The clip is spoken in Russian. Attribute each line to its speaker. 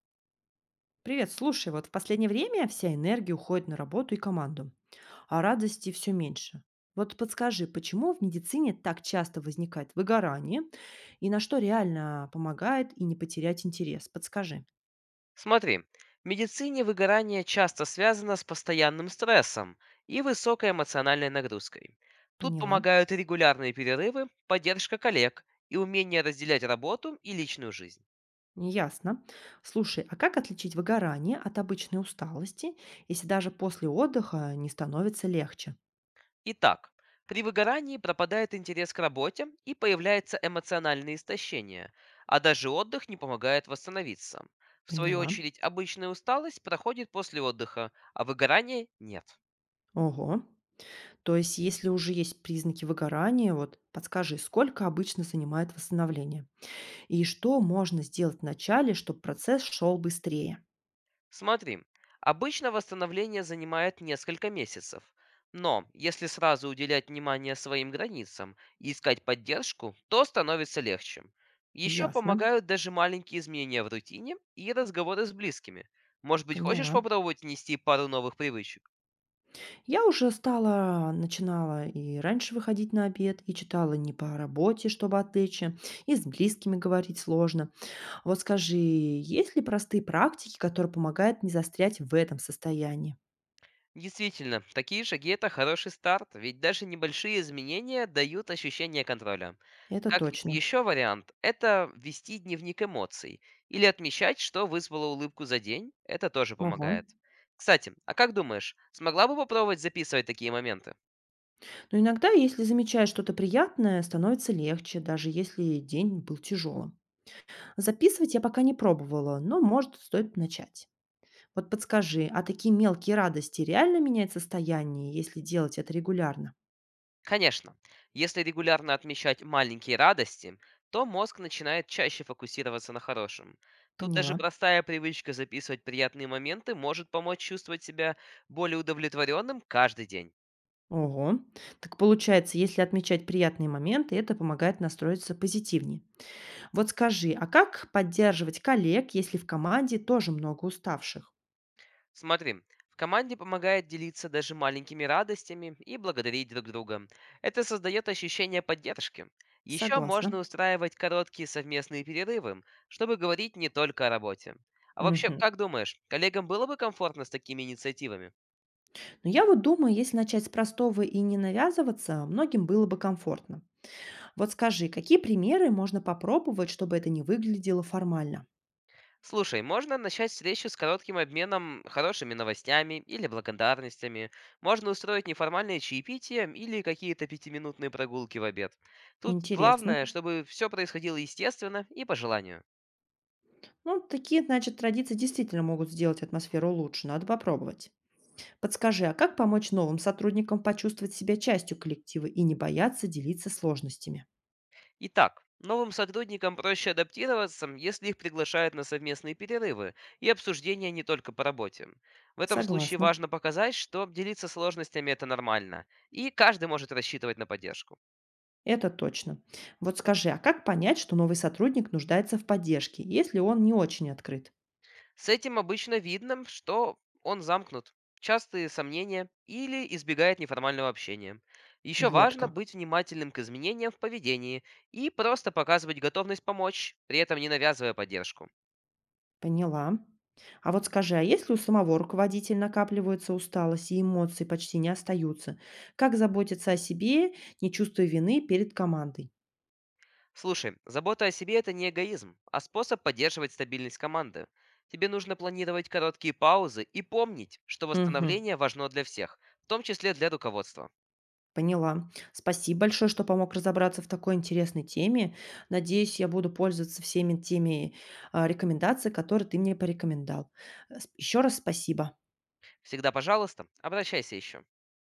Speaker 1: Привет, слушай, вот в последнее время вся энергия уходит на работу и команду, а радости все меньше. Вот подскажи, почему в медицине так часто возникает выгорание и на что реально помогает и не потерять интерес? Подскажи.
Speaker 2: Смотри, в медицине выгорание часто связано с постоянным стрессом и высокой эмоциональной нагрузкой. Тут
Speaker 1: Поняла.
Speaker 2: помогают регулярные перерывы, поддержка коллег и умение разделять работу и личную жизнь.
Speaker 1: Ясно. Слушай, а как отличить выгорание от обычной усталости, если даже после отдыха не становится легче?
Speaker 2: Итак, при выгорании пропадает интерес к работе и появляется эмоциональное истощение, а даже отдых не помогает восстановиться. В свою
Speaker 1: Поняла.
Speaker 2: очередь, обычная усталость проходит после отдыха, а выгорания нет.
Speaker 1: Ого. То есть, если уже есть признаки выгорания, вот подскажи, сколько обычно занимает восстановление? И что можно сделать вначале, чтобы процесс шел быстрее?
Speaker 2: Смотри, обычно восстановление занимает несколько месяцев, но если сразу уделять внимание своим границам и искать поддержку, то становится легче. Еще
Speaker 1: Ясно.
Speaker 2: помогают даже маленькие изменения в рутине и разговоры с близкими. Может быть, хочешь
Speaker 1: Поняла.
Speaker 2: попробовать внести пару новых привычек?
Speaker 1: Я уже стала, начинала и раньше выходить на обед, и читала не по работе, чтобы отвлечься, и с близкими говорить сложно. Вот скажи, есть ли простые практики, которые помогают не застрять в этом состоянии?
Speaker 2: Действительно, такие шаги это хороший старт, ведь даже небольшие изменения дают ощущение контроля.
Speaker 1: Это
Speaker 2: Как
Speaker 1: точно.
Speaker 2: еще вариант, это вести дневник эмоций или отмечать, что вызвало улыбку за день, это тоже
Speaker 1: Ого.
Speaker 2: помогает. Кстати, а как думаешь, смогла бы попробовать записывать такие моменты?
Speaker 1: Но иногда, если замечаешь что-то приятное, становится легче, даже если день был тяжелым. Записывать я пока не пробовала, но, может, стоит начать. Вот подскажи, а такие мелкие радости реально меняют состояние, если делать это регулярно?
Speaker 2: Конечно, если регулярно отмечать маленькие радости, то мозг начинает чаще фокусироваться на хорошем. Тут
Speaker 1: Поняла.
Speaker 2: даже простая привычка записывать приятные моменты может помочь чувствовать себя более удовлетворенным каждый день.
Speaker 1: Ого. Так получается, если отмечать приятные моменты, это помогает настроиться позитивнее. Вот скажи, а как поддерживать коллег, если в команде тоже много уставших?
Speaker 2: Смотри, в команде помогает делиться даже маленькими радостями и благодарить друг друга. Это создает ощущение поддержки. Еще
Speaker 1: Согласна.
Speaker 2: можно устраивать короткие совместные перерывы, чтобы говорить не только о работе. А вообще,
Speaker 1: Мгм.
Speaker 2: как думаешь, коллегам было бы комфортно с такими инициативами?
Speaker 1: Но я вот думаю, если начать с простого и не навязываться, многим было бы комфортно. Вот скажи, какие примеры можно попробовать, чтобы это не выглядело формально?
Speaker 2: Слушай, можно начать встречу с коротким обменом хорошими новостями или благодарностями. Можно устроить неформальное чаепитие или какие-то пятиминутные прогулки в обед. Тут
Speaker 1: Интересно.
Speaker 2: главное, чтобы все происходило естественно и по желанию.
Speaker 1: Ну, такие, значит, традиции действительно могут сделать атмосферу лучше, надо попробовать. Подскажи, а как помочь новым сотрудникам почувствовать себя частью коллектива и не бояться делиться сложностями?
Speaker 2: Итак, новым сотрудникам проще адаптироваться, если их приглашают на совместные перерывы и обсуждения не только по работе. В этом случае
Speaker 1: Согласна.
Speaker 2: важно показать, что делиться сложностями это нормально, и каждый может рассчитывать на поддержку.
Speaker 1: Это точно. Вот скажи, а как понять, что новый сотрудник нуждается в поддержке, если он не очень открыт?
Speaker 2: С этим обычно видно, что он замкнут, частые сомнения или избегает неформального общения. Еще
Speaker 1: Вот
Speaker 2: важно
Speaker 1: как.
Speaker 2: быть внимательным к изменениям в поведении и просто показывать готовность помочь, при этом не навязывая поддержку.
Speaker 1: Поняла. А вот скажи, а если у самого руководителя накапливается усталость и эмоции почти не остаются, как заботиться о себе, не чувствуя вины перед командой?
Speaker 2: Слушай, забота о себе это не эгоизм, а способ поддерживать стабильность команды. Тебе нужно планировать короткие паузы и помнить, что
Speaker 1: Мгм.
Speaker 2: восстановление важно для всех, в том числе для руководства.
Speaker 1: Поняла. Спасибо большое, что помог разобраться в такой интересной теме. Надеюсь, я буду пользоваться всеми теми рекомендаций, которые ты мне порекомендовал. Еще раз спасибо.
Speaker 2: Всегда, пожалуйста, обращайся еще.